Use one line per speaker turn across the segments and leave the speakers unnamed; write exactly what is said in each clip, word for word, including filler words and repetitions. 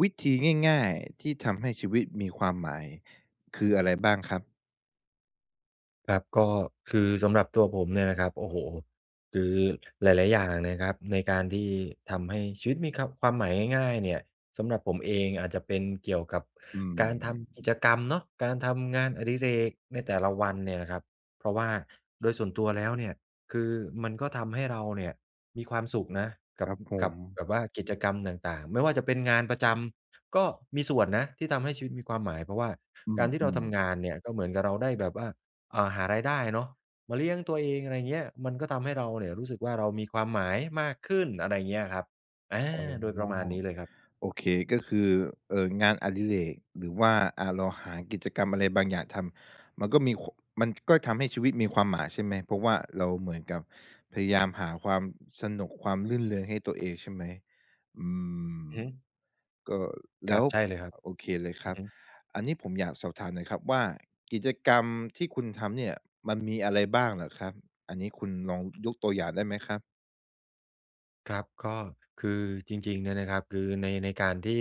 วิธีง่ายๆที่ทำให้ชีวิตมีความหมายคืออะไรบ้างครับ
ครับก็คือสำหรับตัวผมเนี่ยนะครับโอ้โฮคือหลายๆอย่างนะครับในการที่ทำให้ชีวิตมีครับความหมายง่ายๆเนี่ยสำหรับผมเองอาจจะเป็นเกี่ยวกับ
อื
กา
ม
รทำกิจกรรมเนาะการทำงานอดิเรกในแต่ละวันเนี่ยนะครับเพราะว่าโดยส่วนตัวแล้วเนี่ยคือมันก็ทำให้เราเนี่ยมีความสุขนะ
ค
กับ
รับผ
กั
ม
บแบบว่ากิจกรรมต่างๆไม่ว่าจะเป็นงานประจำก็มีส่วนนะที่ทำให้ชีวิตมีความหมายเพราะว่า
อ
การที่
ื
เรา
มๆ
ทำงานเนี่ยก็เหมือนกับเราได้แบบว่า อ่าหารายได้เนาะมาเลี้ยงตัวเองอะไรเงี้ยมันก็ทำให้เราเนี่ยรู้สึกว่าเรามีความหมายมากขึ้นอะไรเงี้ยครับอา
อ๋
โดยป
อ
ระมาณนี้เลยครับ
โอเคก็คือเอ่องานอดิเรกหรือว่าอ่าเราหากิจกรรมอะไรบางอย่างทำมันก็มีคมันก็ทำให้ชีวิตมีความหมายใช่ไหมเพราะว่าเราเหมือนกับพยายามหาความสนุกความรื่นเริงให้ตัวเองใช่ไหมอืม
อือฮึ
ก็
ค
แล้
รั
ว
บใช่เลยครับ
โอเคเลยค
อื
รั
อ
บ
ฮึ
อันนี้ผมอยากสอบถามหน่อยครับว่ากิจกรรมที่คุณทำเนี่ยมันมีอะไรบ้างเหรอครับอันนี้คุณลองยกตัวอย่างได้ไหมครับ
ครับก็คือจริงๆเนี่ยนะครับคือในในการที่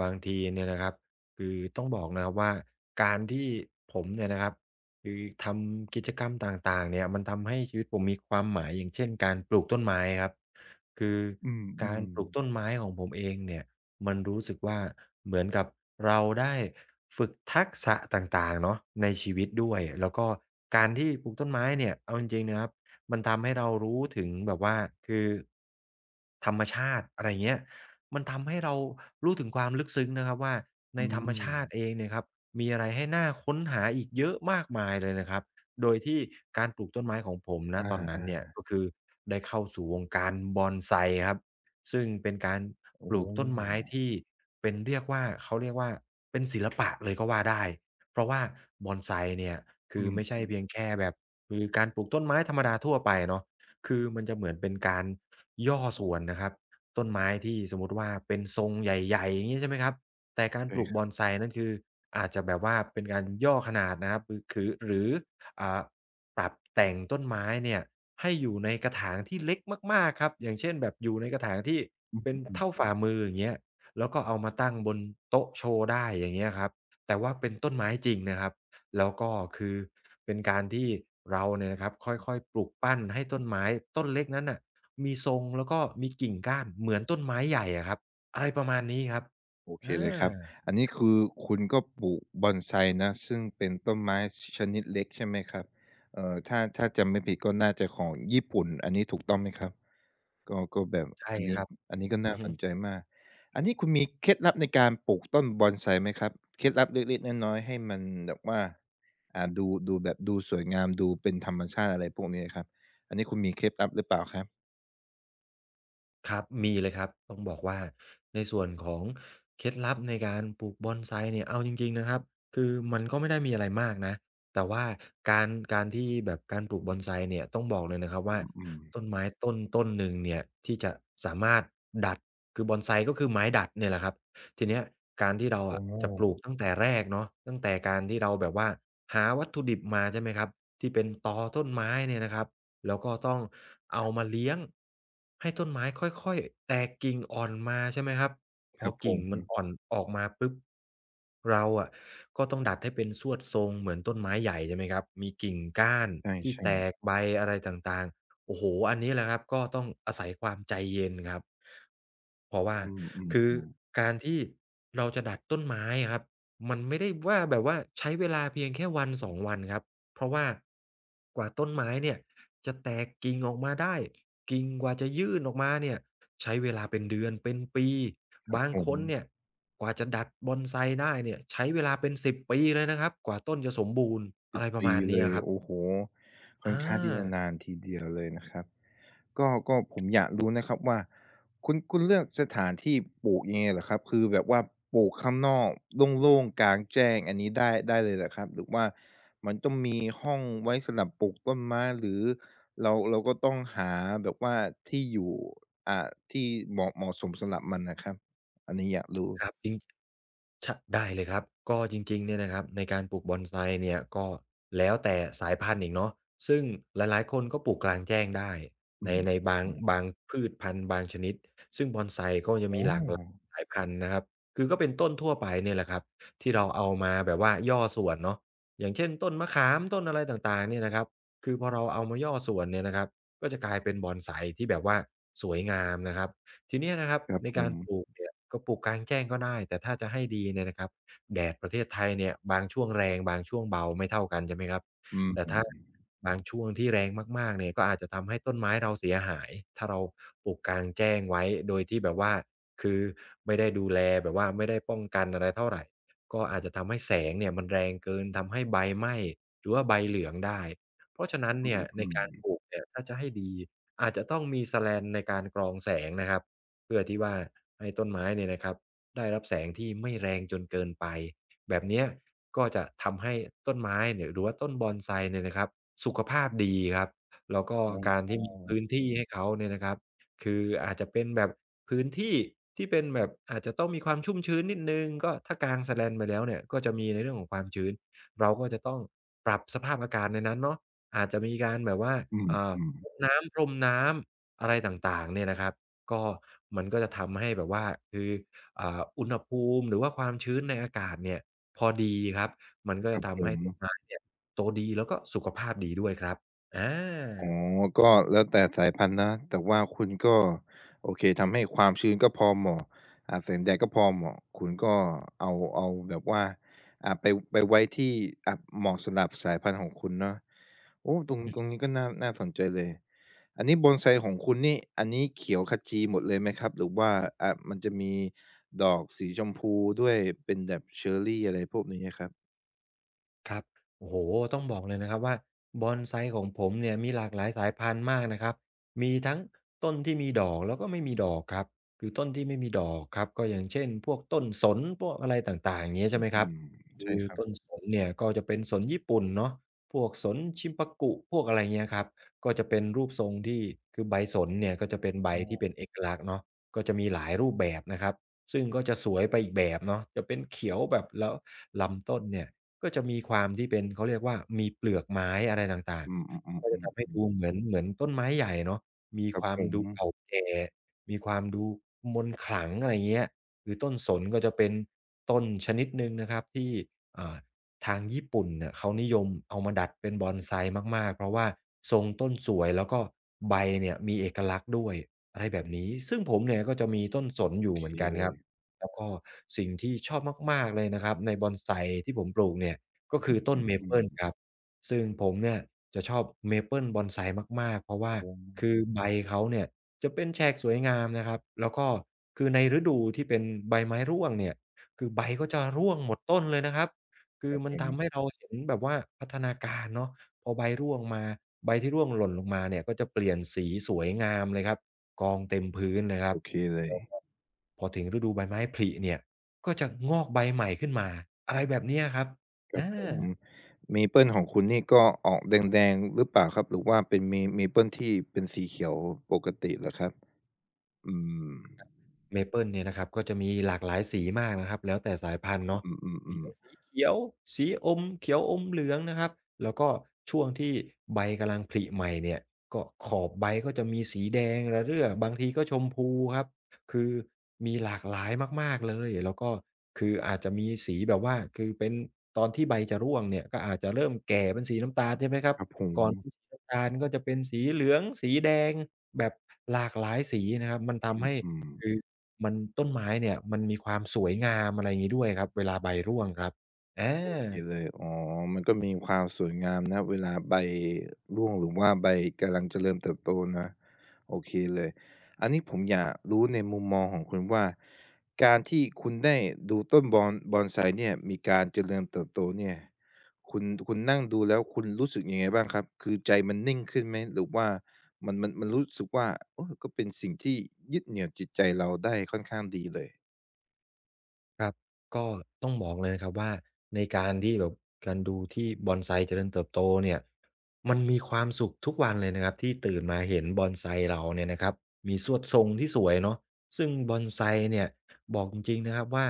บางทีเนี่ยนะครับคือต้องบอกนะครับว่าการที่ผมเนี่ยนะครับคือทำกิจกรรมต่างๆเนี่ยมันทำให้ชีวิตผมมีความหมายอย่างเช่นการปลูกต้นไม้ครับ คือ
อื
การ
ม
ปลูกต้น
ๆ
ไม้ของผมเองเนี่ยมันรู้สึกว่าเหมือนกับเราได้ฝึกทักษะต่างๆเนาะในชีวิตด้วยแล้วก็การที่ปลูกต้นไม้เนี่ยเอาจริงๆนะครับมันทำให้เรารู้ถึงแบบว่าคือธรรมชาติอะไรเงี้ยมันทำให้เรารู้ถึงความลึกซึ้งนะครับว่าใน
อื
ธรรม
ม
ชาติเองเนี่ยครับมีอะไรให้น่าค้นหาอีกเยอะมากมายเลยนะครับ โดยที่การปลูกต้นไม้ของผมณ
อ
ตอนนั้นเนี่ย
า
ก็คือได้เข้าสู่วงการ Bonsai ครับซึ่งเป็นการ
ๆโอ้
ปลูกต้นไม้ที่เป็นเรียกว่าเขาเรียกว่าเป็นศิลปะเลยก็ว่าได้เพราะว่า Bonsai เนี่ย
อื
คือไม่ใช่
ม
เพียงแค่แบบคือการปลูกต้นไม้ธรรมดาทั่วไปเนาะคือมันจะเหมือนเป็นการย่อส่วนนะครับต้นไม้ที่สมมุติว่าเป็นทรงใหญ่ๆอย่างงี้ใช่ไหมครับแต่การ
เ
ปลูก
คย
Bonsai นั่นคืออาจจะแบบว่าเป็นการย่อขนาดนะครับคือคือหรือ อ่าปรับแต่งต้นไม้เนี่ยให้อยู่ในกระถางที่เล็กมากๆครับอย่างเช่นแบบอยู่ในกระถางที่
อือ
เป็น
อื
เท่า
อ
ฝ่ามืออย่างเงี้ยแล้วก็เอามาตั้งบนโต๊ะโชว์ได้อย่างเงี้ยครับแต่ว่าเป็นต้นไม้จริงนะครับแล้วก็คือเป็นการที่เราเนี่ยนะครับค่อยๆปลูกปั้นให้ต้นไม้ต้นเล็กนั้นน่ะมีทรงแล้วก็มีกิ่งก้านเหมือนต้นไม้ใหญ่อะครับอะไรประมาณนี้ครับ
โอเค
อ
เลยครับ
า
อันนี้คือคุณก็ปลูกบอนไซนะซึ่งเป็นต้นไม้ชชนิดเล็กใช่ไหมครับเอ่อถ้าถ้าจำไม่ผิดก็น่าจะของญี่ปุ่นอันนี้ถูกต้องไหมครับก็ก็แบบ
ใช่
อันนี้
ครับ
อันนี้ก็
อื
น่า
อฮึ
สนใจมากอันนี้คุณมีเคล็ดลับในการปลูกต้นบอนไซไหมครับเคล็ดลับเล็กๆน้อยๆให้มันแบบว่าอ่าดูดูแบบดูสวยงามดูเป็นธรรมชาติอะไรพวกนี้ครับอันนี้คุณมีเคล็ดลับหรือเปล่าครับ
ครับมีเลยครับต้องบอกว่าในส่วนของเคล็ดลับในการปลูกบอนไซเนี่ยเอาจริงๆนะครับคือมันก็ไม่ได้มีอะไรมากนะแต่ว่าการการที่แบบการปลูกบอนไซเนี่ยต้องบอกเลยนะครับว่า
อืม
ต้น
ๆ
ไม้ต้นต้นหนึ่งเนี่ยที่จะสามารถดัดคือบอนไซก็คือไม้ดัดเนี่ยแหละครับทีเนี้ยการที่เรา
อ๋อ
อะจะปลูกตั้งแต่แรกเนาะตั้งแต่การที่เราแบบว่าหาวัตถุดิบมาใช่ไหมครับที่เป็นตอต้นไม้เนี่ยนะครับ แล้วก็ต้องเอามาเลี้ยงให้ต้นไม้ค่อยๆแตกกิ่งอ่อนมาใช่ไหมครับพ
ค
อ
รับผ
กิ่ง
ม
มันอ่อนออกมาปุ๊บเราอะก็ต้องดัดให้เป็นลวดทรงเหมือนต้นไม้ใหญ่ใช่ไหมครับมีกิ่งก้าน
ใ
ที่
ช่
แตก
ๆ
ใบอะไรต่างๆโอ้โฮอันนี้แหละครับก็ต้องอาศัยความใจเย็นครับเพราะว่า
อืมอืม
คือ
อืม
การที่เราจะดัดต้นไม้อะครับมันไม่ได้ว่าแบบว่าใช้เวลาเพียงแค่วันสอสองวันครับ เพราะว่ากว่าต้นไม้เนี่ยจะแตกกิ่งออกมาได้กิ่งกว่าจะยื่นออกมาเนี่ยใช้เวลาเป็นเดือนเป็นปีบาง
ผ
ค
ม
นเนี่ยกว่าจะดัดบอนไซได้เนี่ยใช้เวลาเป็นสิบปีเลยนะครับกว่าต้นจะสมบูรณ์อะไรประ
ปี
มาณ
เล
นี้
ย
อะครับ
โอ้โฮค่อน
อา
ข้างที่จะนานทีเดียวเลยนะครับก็ก็ผมอยากรู้นะครับว่าคุณคุณเลือกสถานที่ปลูกยังไงเหรอครับคือแบบว่าปลูกข้างนอกโล่งๆกลางแจ้งอันนี้ได้ได้เลยเหรอครับหรือว่าต้องมีห้องไว้สำหรับปลูกต้นไม้หรือเราเราก็ต้องหาแบบว่าที่อยู่อ่าที่เหมาะเหมาะสมสำหรับมันนะครับอันนี้อยากรู้
ครับจริง ชได้เลยครับก็จริงๆเนี่ยนะครับในการปลูกบอนไซเนี่ยก็แล้วแต่สายพันธุ์อีกเนาะซึ่งหลายๆคนก็ปลูกกลางแจ้งได้
อื
ในใน
ม
บางบางพืชพันธุ์บางชนิดซึ่งบอนไซก็จะ
ๆอ๋
มีหลากหลาย
อ
สายพันธุ์นะครับคือก็เป็นต้นทั่วไปเนี่ยแหละครับที่เราเอามาแบบว่าย่อส่วนเนาะอย่างเช่นต้นมะขามต้นอะไรต่างๆเนี่ยนะครับคือพอเราเอามาย่อส่วนเนี่ยนะครับก็จะกลายเป็นบอนไซที่แบบว่าสวยงามนะครับ ทีเนี้ยนะครับ
ครับ
ใน
ผ
กา
ม
รปลูกเนี่ยก็ปลูกกลางแจ้งก็ได้แต่ถ้าจะให้ดีเนี่ยนะครับแดดประเทศไทยเนี่ยบางช่วงแรงบางช่วงเบาไม่เท่ากันใช่ไหมครับ
อื
แต่ถ้า
ม
บางช่วงที่แรงมากๆเนี่ยก็อาจจะทำให้ต้นไม้เราเสียหายถ้าเราปลูกกลางแจ้งไว้โดยที่แบบว่าคือไม่ได้ดูแลแบบว่าไม่ได้ป้องกันอะไรเท่าไรก็อาจจะทำให้แสงเนี่ยมันแรงเกินทำให้ใบไหม้หรือว่าใบเหลืองได้เพราะฉะนั้น
อื
เนี่
ม
ย
อื
ใน
ม
การปลูกเนี่ยถ้าจะให้ดีอาจจะต้องมี slant ในการกรองแสงนะครับ เพื่อที่ว่าให้ต้นไม้เนี่ยนะครับได้รับแสงที่ไม่แรงจนเกินไปแบบเนี้ยก็จะทำให้ต้นไม้เนี่ยหรือว่าต้นบอนไซเนี่ยนะครับสุขภาพดีครับแล้วก็
อ๋
การ
อ
ที่มีพื้นที่ให้เขาเนี่ยนะครับคืออาจจะเป็นแบบพื้นที่ที่เป็นแบบอาจจะต้องมีความชุ่มชื้นนิดหนึ่งก็ถ้ากางแสแลนไปแล้วเนี่ยก็จะมีในเรื่องของความชื้นเราก็จะต้องปรับสภาพอากาศในนั้นเนาะอาจจะมีการแบบว่า
อืม
เอ่อ
อืม
รดน้ำพรมน้ำอะไรต่างๆเนี่ยนะครับ ก็มันก็จะทำให้แบบว่าคืออ่าอุณหภูมิหรือว่าความชื้นในอากาศเนี่ยพอดีครับมันก็
ค
จะ
รับผ
ทำให้
ม
ต้นไม้เนี่ยโตดีแล้วก็สุขภาพดีด้วยครับอา
อ๋อก็แล้วแต่สายพันธุ์นะแต่ว่าคุณก็โอเคทำให้ความชื้นก็พอเหมาะอ่าแสงแดดก็พอเหมาะคุณก็เอาเอาแบบว่าอ่าไปไปไว้ที่อ่าเหมาะสำหรับสายพันธุ์ของคุณเนาะโอ้ตรงตรงนี้ก็น่าน่าสนใจเลยอันนี้บอนไซของคุณนี่อันนี้เขียวขจีหมดเลยไหมครับหรือว่าอ่ามันจะมีดอกสีชมพูด้วยเป็นแบบเชอร์รีอะไรพวกนี้อะครับ
ครับโอ้โฮต้องบอกเลยนะครับว่าบอนไซของผมเนี่ยมีหลากหลายสายพันธุ์มากนะครับมีทั้งต้นที่มีดอกแล้วก็ไม่มีดอกครับคือต้นที่ไม่มีดอกครับก็อย่างเช่นพวกต้นสนพวกอะไรต่างๆอย่างเงี้ย
อื
ใช่ไหมครับ
ม
คื
ใช่
อ
ครั
ต้น
บ
สนเนี่ยก็จะเป็นสนญี่ปุ่นเนาะพวกสนชินปักุพวกอะไรเงี้ยครับก็จะเป็นรูปทรงที่คือใบสนเนี่ยก็จะเป็นใบที่เป็น
อ
เอกลักษณ์เนาะก็จะมีหลายรูปแบบนะครับซึ่งก็จะสวยไปอีกแบบเนาะจะเป็นเขียวแบบแล้วลำต้นเนี่ย ก็จะมีความที่เป็นเขาเรียกว่ามีเปลือกไม้อะไรต่าง
ืม
ๆก็จะทำให้
ๆๆๆ
ดู
ๆ
เหมือนเหมือนต้นไม้ใหญ่เนาะมี
ครั
ค
บ
วา
ผ
ม
ม
ดูเก่าแก่มีความดูมนต์ขลังอะไรอย่างเงี้ยหรือต้นสนก็จะเป็นต้นชนิดหนึ่งนะครับที่อ่าทางญี่ปุ่นเนี่ยเขานิยมเอามาดัดเป็น Bonsai มากๆเพราะว่าทรงต้นสวยแล้วก็ใบเนี่ยมีเอกลักษณ์ด้วยอะไรแบบนี้ซึ่งผมเนี่ยก็จะมีต้นสน
โอ
อยู่
เค
เหมือนกัน
เล
ครั
ย
บ แล้วก็สิ่งที่ชอบมากๆเลยนะครับในบอนไซที่ผมปลูกเนี่ยก็คือต้นเม
อื
เปิลค
ม
รับซึ่งผมเนี่ยจะชอบเมเปิล บอนไซมากๆเพราะ
ค
ว่า
รับผม
คือใบเขาเนี่ยจะเป็นแฉกสวยงามนะครับแล้วก็คือในฤดูที่เป็นใบไม้ร่วงเนี่ยคือใบก็จะร่วงหมดต้นเลยนะครับคือมันทำให้เราเห็นแบบว่าพัฒนาการเนาะพอใบร่วงมาใบที่ร่วงหล่นลงมาเนี่ยก็จะเปลี่ยนสีสวยงามเลยครับกองเต็มพื้นเลยครั
โอ
บ
เคเลย
แล้วก็พอถึงฤดูใบไม้ผลิเนี่ยก็จะงอกใบใหม่ขึ้นมาอะไรแบบเนี้ยครับ
ครับ
อา
ผมเมเปิลของคุณนี่ก็ออกแดงๆหรือเปล่าครับหรือว่าเป็นเมเมเปิลที่เป็นสีเขียวปกติเหรอครับอืม
เมเปิลเนี่ยนะครับก็จะมีหลากหลายสีมากนะครับแล้วแต่สายพันธุ์เนาะ
อื
มี
อ
ทั้
ๆ
ง
ๆ
สีเขียวสีอมเขียวอมเหลืองนะครับแล้วก็ช่วงที่ใบกำลังผลิใหม่เนี่ยก็ขอบใบก็จะมีสีแดงระเรื่อบางทีก็ชมพูครับคือมีหลากหลายมากๆเลยแล้วก็คืออาจจะมีสีแบบว่าคือเป็นตอนที่ใบจะร่วงเนี่ยก็อาจจะเริ่มแก่เป็นสีน้ำตาลใช่ไหมครับ
ครับผม
ก่อนเป็นสีน้ำตาลก็จะเป็นสีเหลืองสีแดงแบบหลากหลายสีนะครับมันทำให้
อืม
คือ มันต้นไม้เนี่ยมันมีความสวยงามอะไรงี้ด้วยครับเวลาใบร่วงครับอา
โอเคเลยอ๋อมันก็มีความสวยงามนะเวลาใบร่วงหรือว่าใบกำลังเจริญเติบโตนะโอเคเลยอันนี้ผมอยากรู้ในมุมมองของคุณว่าการที่คุณได้ดูต้นบอน bonsai เนี่ยมีการเจริญเติบโตเนี่ยคุณคุณนั่งดูแล้วคุณรู้สึกยังไงบ้างครับคือใจมันนิ่งขึ้นไหมหรือว่ามันมันมันรู้สึกว่าโอ้ก็เป็นสิ่งที่ยึดเหนี่ยวจิตใจเราได้ค่อนข้างดีเลย
ครับก็ต้องบอกเลยนะครับว่าในการที่แบบการดูที่บอนไซเจริญเติบโตเนี่ยมันมีความสุขทุกวันเลยนะครับที่ตื่นมาเห็นบอนไซเราเนี่ยนะครับมีสวดทรงที่สวยเนาะซึ่งบอนไซเนี่ยบอกจริงๆนะครับว่า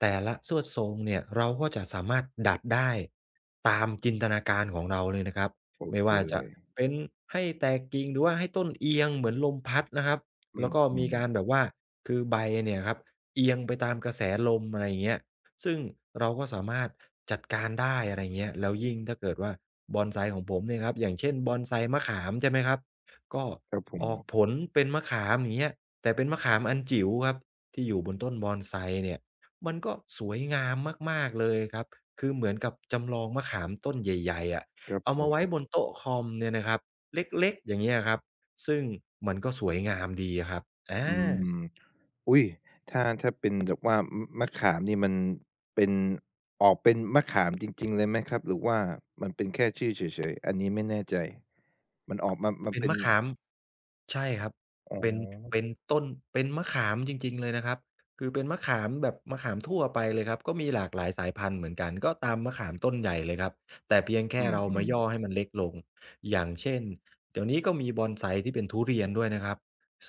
แต่ละสวดทรงเนี่ยเราก็จะสามารถดัดได้ตามจินตนาการของเราเลยนะครับ
โอ
ไม่
เค
ว่า
เล
จะ
ย
เป็นให้แตกกิ่งหรือว่าให้ต้นเอียงเหมือนลมพัดนะครับ
อื
แล้วก็มี
ม
การ
ๆ
แบบว่าคือใบเนี่ยครับ เอียงไปตามกระแสลมอะไรอย่างเงี้ยซึ่งเราก็สามารถจัดการได้อะไรเงี้ยแล้วยิ่งถ้าเกิดว่าบอนไซของผมเนี่ยครับอย่างเช่นบอนไซมะขามใช่ไหมครับก็
ครับผม
ออกผลเป็นมะขามอย่างเงี้ยแต่เป็นมะขามอันจิ๋วครับที่อยู่บนต้นบอนไซเนี่ยมันก็สวยงามมากๆเลยครับคือเหมือนกับจำลองมะขามต้นใหญ่ๆอะ
ครับ
เอา
ผ
มาไว้
ม
บนโต๊ะคอมเนี่ยนะครับเล็กๆอย่างเงี้ยครับซึ่งมันก็สวยงามดีอะครับอา
อืมอุ๊ยถ้าถ้าเป็นแบบว่ามมะขามนี่มันเป็นออกเป็นมะขามจริงๆเลยไหมครับหรือว่ามันเป็นแค่ชื่อเฉยๆอันนี้ไม่แน่ใจมันออกมามัน
เป็น
เป็น
มะขามใช่ครับ
อ๋
เป็นเป็น
อ
ต้นเป็นมะขามจริงๆเลยนะครับคือเป็นมะขามแบบมะขามทั่วไปเลยครับก็มีหลากหลายสายพันธุ์เหมือนกันก็ตามมะขามต้นใหญ่เลยครับแต่เพียง
อื
แค่เรามา
ม
ย่อ
ๆ
ให้มันเล็กลงอย่างเช่นเดี๋ยวนี้ก็มี Bonsai ที่เป็นทุเรียนด้วยนะครับ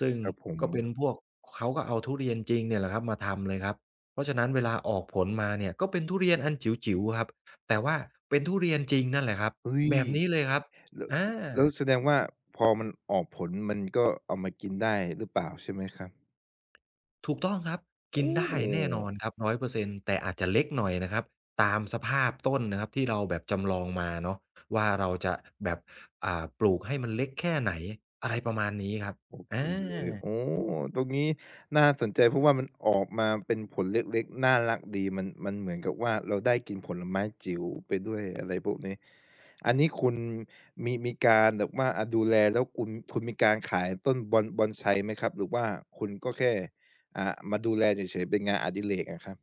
ซึ่ง
ครับผม
ก็เป็นพวกเขาก็เอาทุเรียนจริงเนี่ยแหละครับมาทำเลยครับเพราะฉะนั้นเวลาออกผลมาเนี่ยก็เป็นทุเรียนอันจิ๋วๆครับแต่ว่าเป็นทุเรียนจริงนั่นแหละครับ
เฮ้ย
แบบนี้เลยครับ
แล้ว
อา
แล้วแสดงว่าพอมันออกผลมันก็เอามากินได้หรือเปล่าใช่ไหมครับ
ถูกต้องครับ
โอ
กินได้แน่นอนค
้
รับหนึ่งร้อยเปอร์เซ็นต์แต่อาจจะเล็กหน่อยนะครับตามสภาพต้นนะครับที่เราแบบจำลองมาเนาะว่าเราจะแบบอ่าปลูกให้มันเล็กแค่ไหนอะไรประมาณนี้ครับ
โอเค
อา
เลยโอ้ตรงนี้น่าสนใจเพราะว่ามันออกมาเป็นผลเล็กๆน่ารักดีมันมันเหมือนกับว่าเราได้กินผลไม้จิ๋วไปด้วยอะไรพวกนี้อันนี้คุณมีมีการแบบว่าอ่าดูแลแล้วคุณคุณมีการขายต้นบอนบอนไซไหมครับหรือว่าคุณก็แค่อ่ามาดูแลเฉยๆเป็นงานอดิเรกอะครับ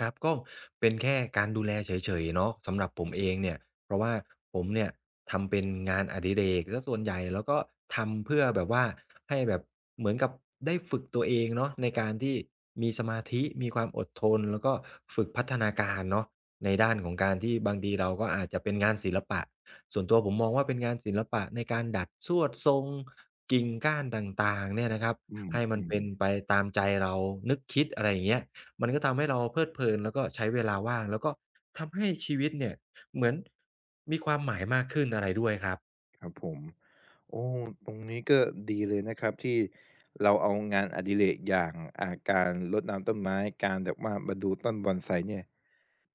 ครับก็เป็นแค่การดูแลเฉยๆเนาะสำหรับผมเองเนี่ยเพราะว่าผมเนี่ยทำเป็นงานอดิเรกเสียส่วนใหญ่แล้วก็ทำเพื่อแบบว่าให้แบบเหมือนกับได้ฝึกตัวเองเนาะในการที่มีสมาธิมีความอดทนแล้วก็ฝึกพัฒนาการเนาะในด้านของการที่บางทีเราก็อาจจะเป็นงานศิลปะส่วนตัวผมมองว่าเป็นงานศิลปะในการดัดลวดทรงกิ่งก้านต่างๆเนี่ยนะครับ
อื
ให้มัน
ม
เป็น
ๆ
ไปตามใจเรานึกคิดอะไรอย่างเงี้ย มันก็ทำให้เราเพลิดเพลินแล้วก็ใช้เวลาว่างแล้วก็ทำให้ชีวิตเนี่ยเหมือนมีความหมายมากขึ้นอะไรด้วยครับ
ครับผมโอ้ตรงนี้ก็ดีเลยนะครับที่เราเอางานอดิเรกอย่างอ่าการรดน้ำต้นไม้การแบบว่ามาดูต้นบอนไซเนี่ย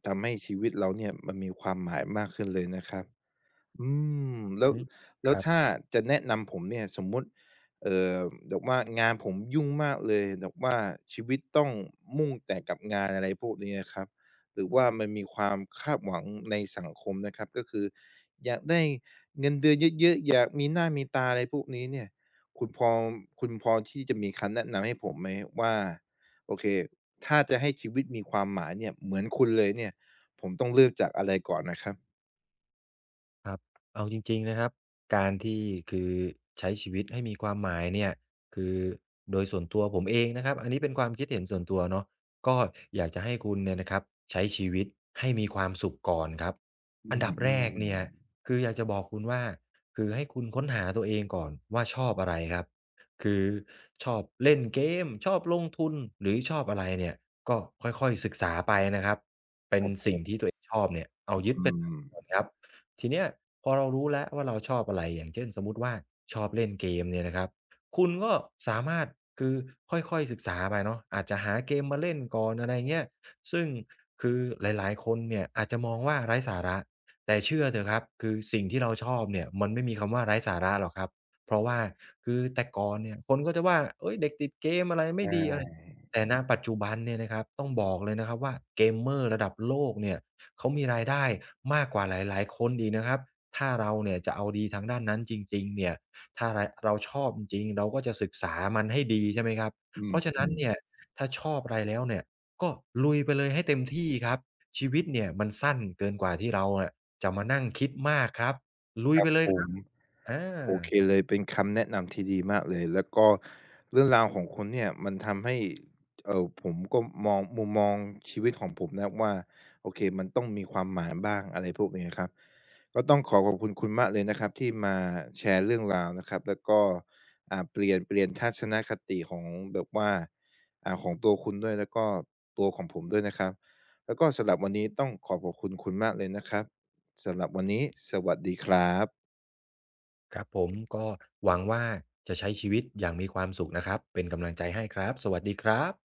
ทำให้ชีวิตเราเนี่ยมันมีความหมายมากขึ้นเลยนะครับ อืม
อือ
แล้ว
ฮึ
แล้
ค
ว
รับ
ถ้าจะแนะนำผมเนี่ยสมมุติเอ่อแบบว่างานผมยุ่งมากเลยแบบว่าชีวิตต้องมุ่งแต่กับงานอะไรพวกนี้นะครับหรือว่ามันมีความคาดหวังในสังคมนะครับก็คืออยากได้เงินเดือนเยอะๆอยากมีหน้ามีตาอะไรพวกนี้เนี่ยคุณพอคุณพอที่จะมีคำแนะนำให้ผมไหมว่าโอเคถ้าจะให้ชีวิตมีความหมายเนี่ยเหมือนคุณเลยเนี่ยผมต้องเริ่มจากอะไรก่อนนะครับ
ครับเอาจริงๆนะครับการที่คือใช้ชีวิตให้มีความหมายเนี่ยคือโดยส่วนตัวผมเองนะครับอันนี้เป็นความคิดเห็นส่วนตัวเนาะก็อยากจะให้คุณเนี่ยนะครับใช้ชีวิตให้มีความสุขก่อนครับ
อื
อันดับแรก
ม
เนี่ย
ๆ
คืออยากจะบอกคุณว่าคือให้คุณค้นหาตัวเองก่อนว่าชอบอะไรครับคือชอบเล่นเกมชอบลงทุนหรือชอบอะไรเนี่ยก็ค่อยๆศึกษาไปนะครับเป็
ค
น
รับผ
สิ่ง
ม
ที่ตัวเองชอบเนี่ยเอายึด
อื
เป็นหลั
ม
กก่อนครับ ทีเนี้ยพอเรารู้แล้วว่าเราชอบอะไรอย่างเช่นสมมุติว่าชอบเล่นเกมเนี่ยนะครับคุณก็สามารถคือค่อยๆศึกษาไปเนาะอาจจะหาเกมมาเล่นก่อนอะไรเงี้ยซึ่งคือหลายๆคนเนี่ยอาจจะมองว่าไร้สาระแต่เชื่อเถอะครับคือสิ่งที่เราชอบเนี่ยมันไม่มีคำว่าไร้สาระหรอกครับเพราะว่าคือแต่ก่อนเนี่ยคนก็จะว่าเฮ้ยเด็กติดเกมอะไรไม่ดีอะไร
อา
แต่ณปัจจุบันเนี่ยนะครับต้องบอกเลยนะครับว่าเกมเมอร์ระดับโลกเนี่ย เขามีรายได้มากกว่าหลายๆคนอีกนะครับถ้าเราเนี่ยจะเอาดีทางด้านนั้นจริงๆเนี่ยถ้าไรเราชอบจริงๆเราก็จะศึกษามันให้ดีใช่ไหมครับเพราะฉะ
อื
นั้น
ม
เนี่ย
ๆ
ถ้าชอบอะไรแล้วเนี่ยก็ลุยไปเลยให้เต็มที่ครับชีวิตเนี่ยมันสั้นเกินกว่าที่เราอะจะมานั่งคิดมากครับลุยไปเล
ผ
ยค
ม
รับอา
โอเคเลยเป็นคำแนะนำที่ดีมากเลยแล้วก็เรื่องราวของคุณเนี่ยมันทำให้เอ่อผมก็มองมุมมองชีวิตของผมนะว่าโอเคมันต้องมีความหมายบ้างอะไรพวกนี้ครับก็ต้องขอขอบคุณคุณมากเลยนะครับที่มาแชร์เรื่องราวนะครับแล้วก็อ่าเปลี่ยนเปลี่ยนทัศนคติของแบบว่าอ่าของตัวคุณด้วยแล้วก็ตัวของผมด้วยนะครับแล้วก็สำหรับวันนี้ต้องขอขอบคุณคุณมากเลยนะครับสำหรับวันนี้สวัสดีครับ
ครับผมก็หวังว่าจะใช้ชีวิตอย่างมีความสุขนะครับเป็นกำลังใจให้ครับสวัสดีครับ